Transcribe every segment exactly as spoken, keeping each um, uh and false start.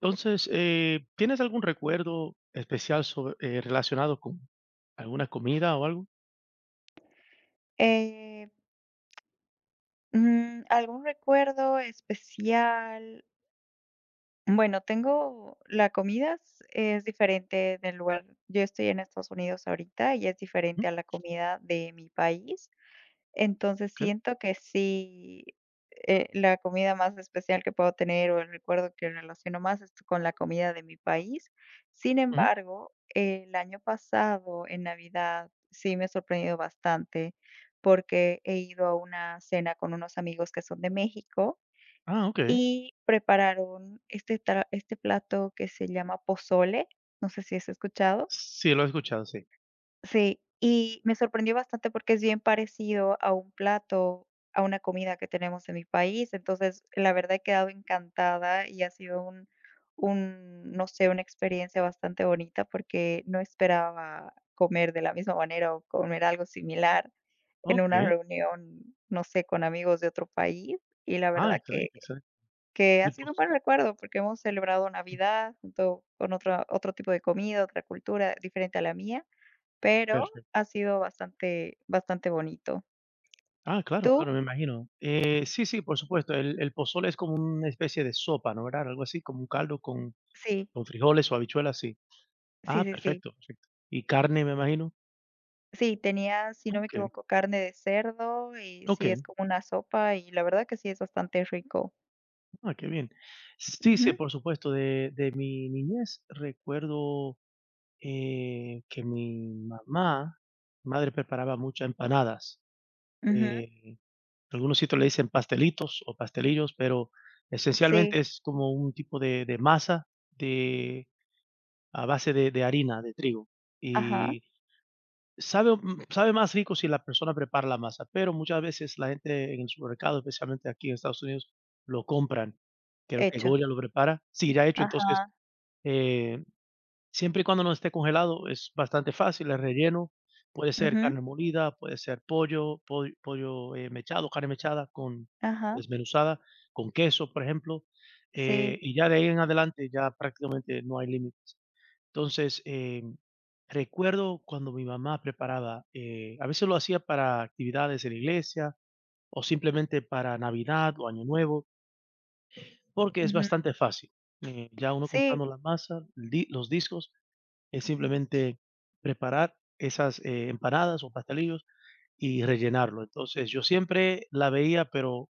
Entonces, eh, ¿tienes algún recuerdo especial sobre, eh, relacionado con alguna comida o algo? Eh, mm, ¿Algún recuerdo especial? Bueno, tengo la comida es es diferente del lugar. Yo estoy en Estados Unidos ahorita y es Mm, diferente a la comida de mi país. Entonces, okey, siento que sí, eh, la comida más especial que puedo tener, o el recuerdo que relaciono más es con la comida de mi país. Sin ujú. embargo, el año pasado, en Navidad, sí me he sorprendido bastante, porque he ido a una cena con unos amigos que son de México Ah, okey. y prepararon este tra este plato que se llama pozole, no sé si has escuchado. Sí, lo he escuchado, sí. Sí, y me sorprendió bastante porque es bien parecido a un plato, a una comida que tenemos en mi país. Entonces, la verdad he quedado encantada y ha sido un un, no sé, una experiencia bastante bonita porque no esperaba comer de la misma manera o comer algo similar en una Okey. reunión, no sé, con amigos de otro país. Y la Ah, verdad que excelente, excelente. que ha El sido poz un buen recuerdo porque hemos celebrado Navidad junto con otro otro tipo de comida, otra cultura diferente a la mía. Pero perfecto. ha sido bastante bastante bonito. Ah, claro, ¿Tú? claro, me imagino. Eh, sí, sí, por supuesto. El el pozole es como una especie de sopa, ¿no? ¿Verdad? Algo así, como un caldo con Sí, con frijoles o habichuelas, sí. sí, Ah, sí, sí. perfecto, perfecto. Y carne, me imagino. Sí, tenía, si no me Okey, equivoco, carne de cerdo y sí, es okey. como una sopa y la verdad que sí es bastante rico. Ah, qué bien. Sí, sí, Ujú, por supuesto. De de mi niñez recuerdo Eh, que mi mamá, madre preparaba muchas empanadas. ujú, Eh, algunos sitios le dicen pastelitos o pastelillos, pero sí, esencialmente es como un tipo de, de masa de, a base de, de harina, de trigo. ajá, Y sabe, mm, sabe más rico si la persona prepara la masa, pero muchas veces la gente en el supermercado, especialmente aquí en Estados Unidos, lo compran. Creo que hecho, Goya lo prepara. Sí, ya hecho, entonces ajá, eh, siempre y cuando no esté congelado, es bastante fácil el relleno. Puede ser ujú, carne molida, puede ser pollo, poll pollo, eh, mechado, carne mechada con ajá, desmenuzada, con queso, por ejemplo, eh, sí, y ya de ahí en adelante ya prácticamente no hay límites. Entonces, em, recuerdo cuando mi mamá preparaba, eh, a veces lo hacía para actividades en la iglesia o simplemente para Navidad o Año Nuevo, porque es ujú, bastante fácil. Eh, ya uno sí, comprando la masa, el di los discos es simplemente preparar esas, eh, empanadas o pastelillos y rellenarlo. Entonces, yo siempre la veía, pero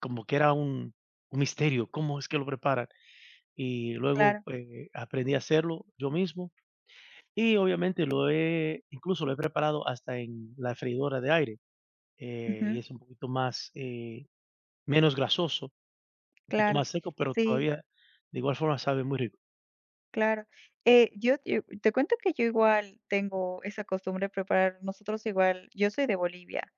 como que era un un misterio, ¿cómo es que lo preparan? Y luego, claro, eh, aprendí a hacerlo yo mismo y obviamente lo he incluso lo he preparado hasta en la freidora de aire, eh, y ujú, es un poquito más, eh, menos grasoso, un poquito claro, más seco, pero sí, todavía de igual forma sabe muy rico. claro. Eh, yo yo te cuento que yo igual tengo esa costumbre de preparar nosotros igual yo soy de Bolivia.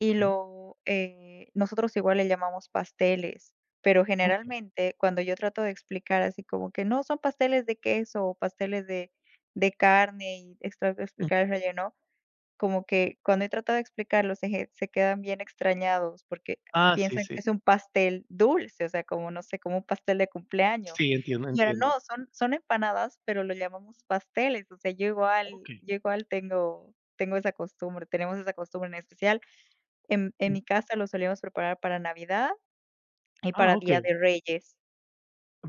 Y Ujú. lo, eh, nosotros igual le llamamos pasteles, pero Okey. generalmente cuando yo trato de explicar así como que no, son pasteles de queso o pasteles de, de carne y ex- trato de Mm. explicar el relleno, como que cuando he tratado de explicarlo se, ge- se quedan bien extrañados porque Ah, sí, piensan que sí. es un pastel dulce, o sea, como no sé, como un pastel de cumpleaños. Sí, entiendo, Y ahora no, entiendo. son, son empanadas, pero lo llamamos pasteles, o sea, yo igual, Okey. yo igual tengo, tengo esa costumbre, tenemos esa costumbre en especial en en mi casa lo solíamos preparar para Navidad y para Ah, Día okey. de Reyes.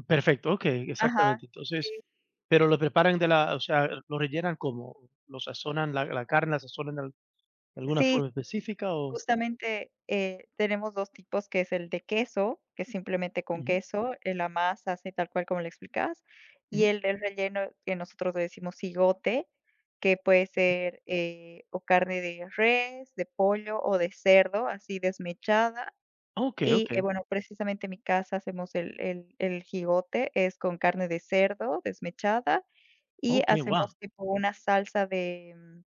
Perfecto, okey, Ajá, exactamente. Entonces, sí. pero lo preparan de la o sea, ¿lo rellenan como, ¿lo sazonan la la carne, la sazonan de al de alguna Sí, forma específica o? justamente, eh, tenemos dos tipos, que es el de queso, que es simplemente con Ujú, queso, eh, la masa, así tal cual como le explicas, y ujú. el del relleno, que nosotros le decimos cigote que puede ser, eh, o carne de res, de pollo o de cerdo, así desmechada. Okey, Y, eh, okey, bueno, precisamente en mi casa hacemos el el el jigote, es con carne de cerdo desmechada, y okey, guau, hacemos tipo una salsa de, mm,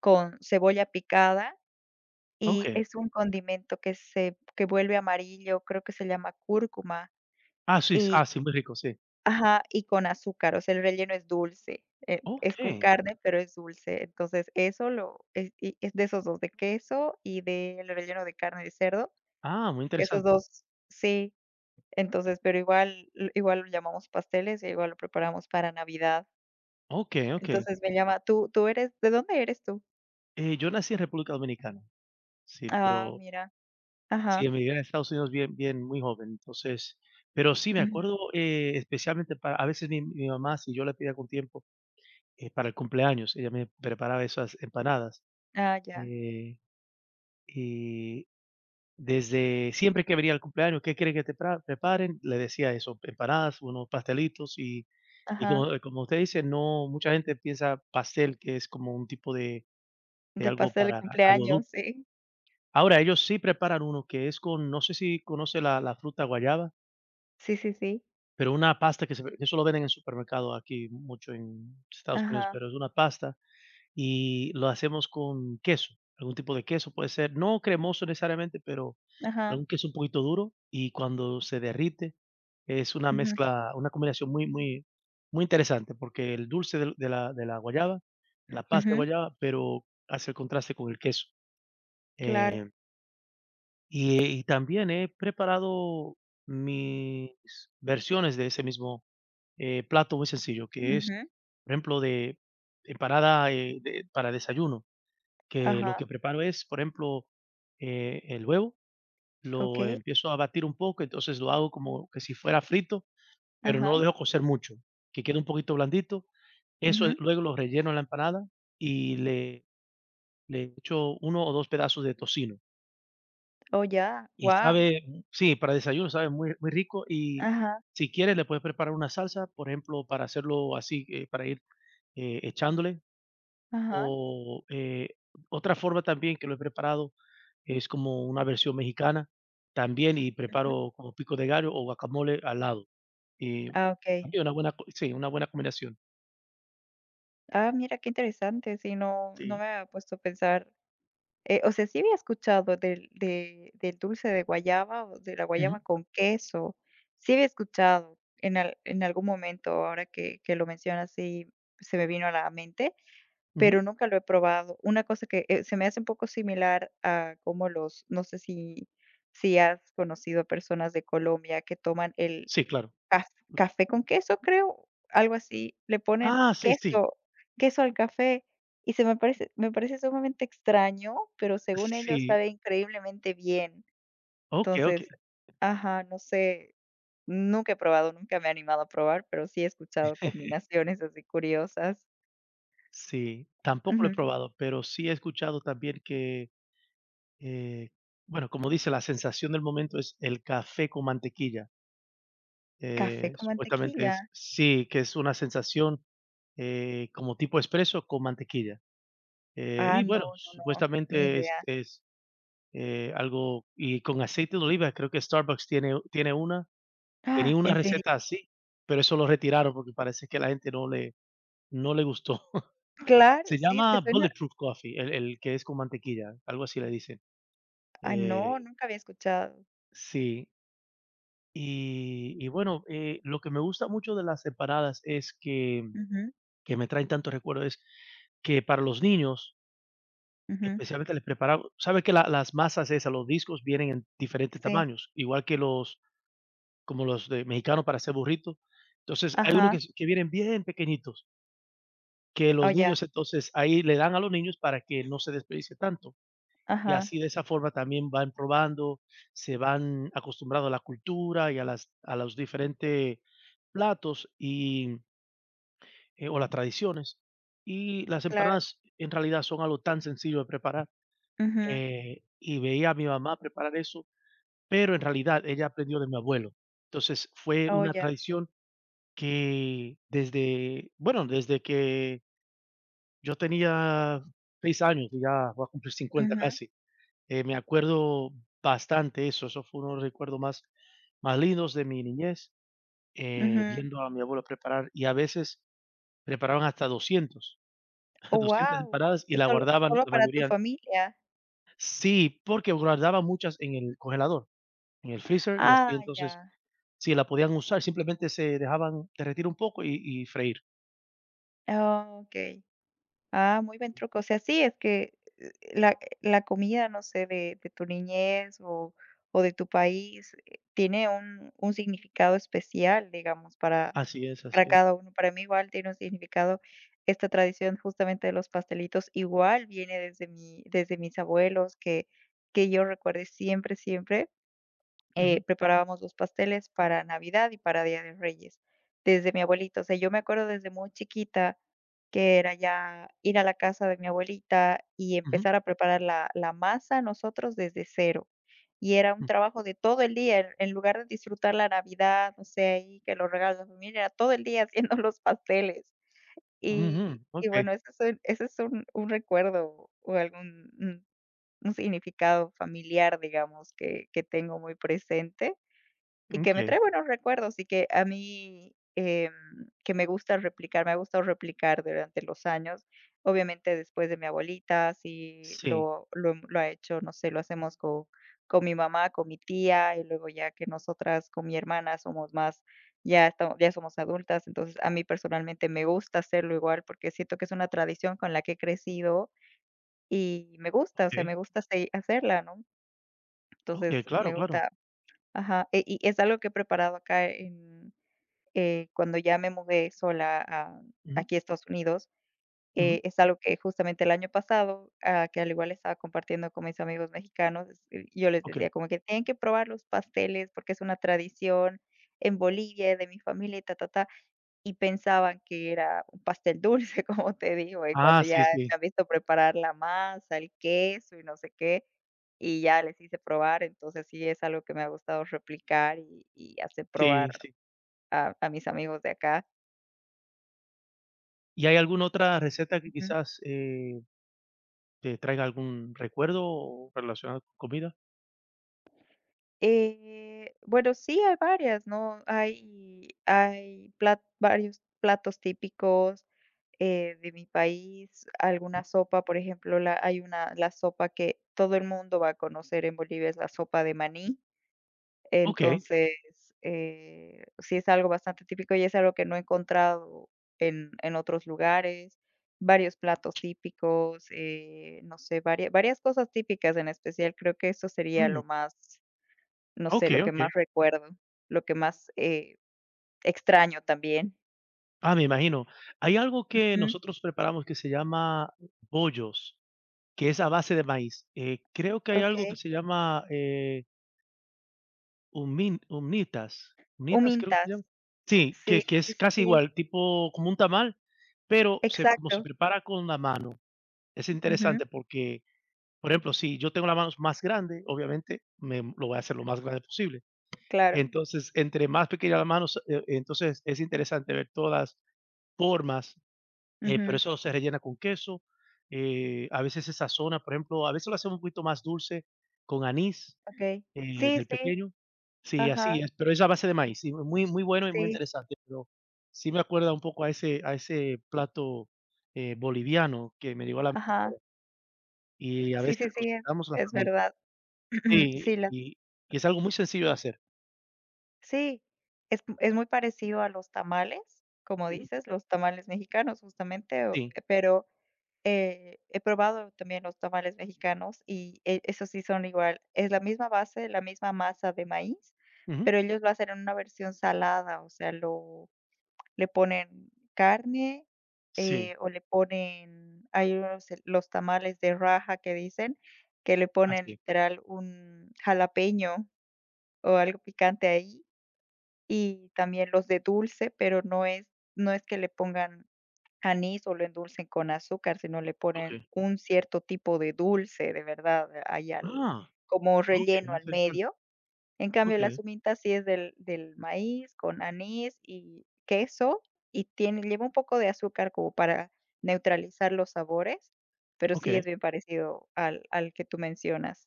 con cebolla picada y okey. es un condimento que se que vuelve amarillo, creo que se llama cúrcuma Ah, sí, s y ah, sí, muy rico, sí. ajá, y con azúcar, o sea, el relleno es dulce, eh, es con Okey. carne, pero es dulce. Entonces, eso lo es y es de esos dos de queso y del relleno de carne de cerdo, Ah, muy que esos interesante. dos sí, entonces, pero igual l igual lo llamamos pasteles, y igual lo preparamos para Navidad. Okey, okey. Entonces, me llama ¿tú tú eres de dónde eres tú? Eh, yo nací en República Dominicana, sí, Ah, pero mira. sí, Ajá. emigré a Estados Unidos bien bien muy joven, entonces pero sí, me Ujú. acuerdo, eh, especialmente para a veces mi mi mamá, si yo le pedía con tiempo eh, para el cumpleaños. Ella me preparaba esas empanadas. Ah, ya. eh, y desde siempre que venía el cumpleaños, ¿qué quiere que te pra- preparen? Le decía eso, empanadas, unos pastelitos y, y Ajá. como, como usted dice, no, mucha gente piensa pastel que es como un tipo de, de De algo pastel de para algo cumpleaños, dulce. sí. Ahora, ellos sí preparan uno que es con, no sé si conoce la, la fruta guayaba, Sí, sí, sí. pero una pasta que se, eso lo venden en supermercado aquí mucho en Estados Unidos, Ajá, pero es una pasta y lo hacemos con queso, algún tipo de queso, puede ser no cremoso necesariamente, pero ajá. algún queso un poquito duro y cuando se derrite es una Ujú, mezcla, una combinación muy, muy, muy interesante, porque el dulce del de la de la guayaba, de la pasta de ujú. guayaba, pero hace el contraste con el queso. Claro. Eh, y, eh, y también he preparado mis versiones de ese mismo, eh, plato muy sencillo, que es, Ujú. por ejemplo, de empanada, eh, de para desayuno que lo Ajá. que preparo es, por ejemplo, eh, el huevo, lo Okey. empiezo a batir un poco, entonces lo hago como que si fuera frito, pero no Ajá. lo dejo cocer mucho, que quede un poquito blandito. Eso Ujú. es- luego lo relleno en la empanada y le, le echo uno o dos pedazos de tocino. Oh, ya. Y Wow, sabe, mm, sí, para desayuno sabe muy, muy rico y ajá, si quieres le puedes preparar una salsa, por ejemplo, para hacerlo así, eh, para ir eh, echándole ajá. O, eh, otra forma también que lo he preparado es como una versión mexicana también, y Ujú. preparo como pico de gallo o guacamole al lado. Y Ah, okey. también una buena co sí, una buena combinación. Ah, mira, qué interesante. Sí, no no Sí. me había puesto a pensar. Eh, o sea, sí había escuchado del de del dulce de guayaba o de la guayaba Ujú, con queso. Sí había escuchado en al en algún momento, ahora que que lo mencionas, sí se me vino a la mente, ujú. pero nunca lo he probado. Una cosa que, eh, se me hace un poco similar a como los no sé si si has conocido a personas de Colombia que toman el Sí, claro. Caf café con queso, creo, algo así. Le ponen Ah, sí, sí. queso queso al café y se me parece me parece sumamente extraño, pero según ellos Sí. sabe increíblemente bien. Okey, Entonces, okey. ajá, no sé, nunca he probado, nunca me he animado a probar, pero sí he escuchado combinaciones así curiosas. Sí, tampoco lo he Ujú. probado, pero sí he escuchado también que, eh, bueno, como dice, la sensación del momento es el café con mantequilla. ¿Café Eh, con supuestamente mantequilla? es sí, que es una sensación, eh, como tipo espresso con mantequilla. Eh, Ah, y no, bueno, no, no, ni supuestamente es idea. es, eh, algo y con aceite de oliva, creo que Starbucks tiene tiene una, tenía ¡Ah! una ¿En serio? receta así, pero eso lo retiraron porque parece que la gente no le no le gustó. Claro, Se sí, es que llama suena Bulletproof Coffee, el el que es con mantequilla, algo así le dicen. ah, no, Eh, nunca había escuchado. sí, y y bueno, eh, lo que me gusta mucho de las empanadas es que Ujú, que me traen tantos recuerdos, que para los niños, ujú, especialmente les preparamos sabe que la las masas esas, los discos vienen en diferentes sí, tamaños, igual que los como los de mexicanos para hacer burritos. Entonces, hay unos ajá, que s que vienen bien pequeñitos, que oh, los ya. niños, entonces, ahí le dan a los niños para que no se desperdicie tanto. Y Ajá. así, de esa forma, también van probando, se van acostumbrando a la cultura y a las a los diferentes platos y, eh, o las tradiciones. Y las Claro. empanadas, en realidad, son algo tan sencillo de preparar. Ujú. eh, y veía a mi mamá preparar eso, pero en realidad ella aprendió de mi abuelo. Entonces, fue Oh, una ya. tradición que desde, bueno, desde que yo tenía seis años, y ya voy a cumplir cincuenta Ujú. casi, eh, me acuerdo bastante eso, eso fue uno de los recuerdos más más lindos de mi niñez, eh, Ujú. viendo a mi abuelo preparar, y a veces preparaban hasta doscientos Oh, doscientas wow. empanadas y la Solo guardaban, solo la para tu mayoría familia. sí, porque guardaban muchas en el congelador. En el freezer y así Ah, entonces, ya. si la podían usar, simplemente se dejaban derretir un poco y y freír. Ah, okey. Ah, muy buen truco. O sea, sí, es que eh, la, la comida, no sé, de, de tu niñez o, o de tu país, eh, tiene un, un significado especial, digamos, para, Así es, para así es. cada uno. Para mí igual tiene un significado. Esta tradición justamente de los pastelitos igual viene desde mi, desde mis abuelos, que, que yo recuerde siempre, siempre eh, Ujú, preparábamos los pasteles para Navidad y para Día de Reyes, desde mi abuelito. O sea, yo me acuerdo desde muy chiquita que era ya ir a la casa de mi abuelita y ujú, empezar a preparar la, la masa nosotros desde cero. Y era un mm, trabajo de todo el día, en, en lugar de disfrutar la Navidad, no sé, ahí que los regalos de la familia, era todo el día haciendo los pasteles. ujú, Y, y okey, bueno, ese es, un, ese es un, un recuerdo o algún un, un significado familiar, digamos, que, que tengo muy presente. Y que me okey. trae buenos recuerdos y que a mí, em, que me gusta replicar, me ha gustado replicar durante los años. Obviamente, después de mi abuelita, sí Sí, lo lo hem lo ha hecho, no sé, lo hacemos con con mi mamá, con mi tía, y luego ya que nosotras con mi hermana somos más, ya estamos ya somos adultas. Entonces, a mí personalmente me gusta hacerlo igual, porque siento que es una tradición con la que he crecido y me gusta, o sea, okey, me gusta se hacerla, ¿no? Entonces, okey, claro, me claro. gusta. Ajá, e y es algo que he preparado acá en, eh, cuando ya me mudé sola a Ujú, aquí a Estados Unidos, eh, ujú, es algo que justamente el año pasado, ah, que al igual estaba compartiendo con mis amigos mexicanos, es- eh, yo les okey. decía como que tienen que probar los pasteles porque es una tradición en Bolivia de mi familia y ta, ta, ta. Y pensaban que era un pastel dulce, como te digo, y cuando Ah, sí, ya me sí, han visto preparar la masa, el queso y no sé qué, y ya les hice probar, entonces sí es algo que me ha gustado replicar y y hacer sí, probar sí. a a mis amigos de acá. ¿Y hay alguna otra receta que quizás, eh, te traiga algún recuerdo relacionado con comida? Eh, bueno, sí, hay varias, ¿no? Hay, hay plat- varios platos típicos eh, de mi país, alguna sopa, por ejemplo, la, hay una, la sopa que todo el mundo va a conocer en Bolivia, es la sopa de maní. Okey, Entonces, eh, sí es algo bastante típico y es algo que no he encontrado en, en otros lugares. Varios platos típicos, eh, no sé, varias, varias cosas típicas en especial. Creo que eso sería mm, lo más no sé, lo okey, que más okey. recuerdo, lo que más, eh, extraño también. Ah, me imagino. Hay algo que Ujú, nosotros preparamos que se llama bollos. Que es a base de maíz. Eh, creo que hay algo que okey. se llama, eh, humín humnitas, humnitas creo que se Humintas. llama. Sí, Sí, que que sí, es sí, casi sí. igual, tipo como un tamal, pero se como se Exacto. prepara con la mano. Es Ujú, interesante porque, por ejemplo, si yo tengo las manos más grandes, obviamente me lo voy a hacer lo más grande posible. claro. Entonces, entre más pequeñas las manos eh, entonces es interesante ver todas las formas Eh, pero Ujú, eso se rellena con queso, eh, a veces se sazona, por ejemplo, a veces lo hacemos un poquito más dulce con anís, okey. eh, Sí, del sí. pequeño. Sí, así Ajá. es, pero es a base de maíz, sí, muy muy bueno y muy Sí. interesante, pero sí me acuerda un poco a ese a ese plato, eh, boliviano que me llegó a la mente. Ajá. Y a Sí, sí, veces nos sí, es juntamos la es familia. verdad. Sí, Sí, las y y es algo muy sencillo de hacer. sí, es es muy parecido a los tamales, como Ujú. dices, los tamales mexicanos, justamente, o Sí. eh, pero Eh, he probado también los tamales mexicanos y e esos sí son igual, es la misma base, la misma masa de maíz, Ujú. pero ellos lo hacen en una versión salada, o sea, lo le ponen carne, eh, Sí, o le ponen hay unos eh, los tamales de raja que dicen, que le ponen así es. literal un jalapeño o algo picante ahí y también los de dulce, pero no es no es que le pongan anís o lo endulcen con azúcar, sino le ponen Okey. un cierto tipo de dulce, de verdad, eh, ahí al Ah, como okey, relleno muy al interesante. medio. En cambio, la Okey, suminta sí es del del maíz con anís y queso, y tiene lleva un poco de azúcar como para neutralizar los sabores, pero sí es okey. bien parecido al al que tú mencionas,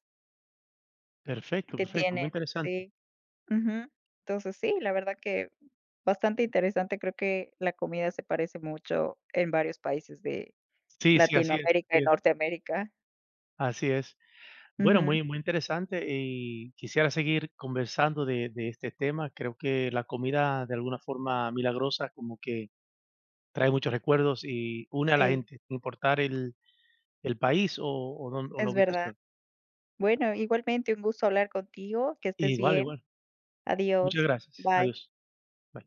Perfecto, que perfecto, muy tienen interesante. sí, ujú. Entonces sí, la verdad que bastante interesante, creo que la comida se parece mucho en varios países de Sí, sí, así es, Latinoamérica y así es, Norteamérica. así es. Bueno, Ujú. muy, muy interesante y quisiera seguir conversando de, de este tema. Creo que la comida, de alguna forma milagrosa, como que trae muchos recuerdos y une a la Sí, gente, sin importar el, el país o, o don- o la es verdad. ubicación. Bueno, igualmente un gusto hablar contigo, que estés Igual, bien. igual. Muchas Adiós. gracias. Bye. Adiós. Bye.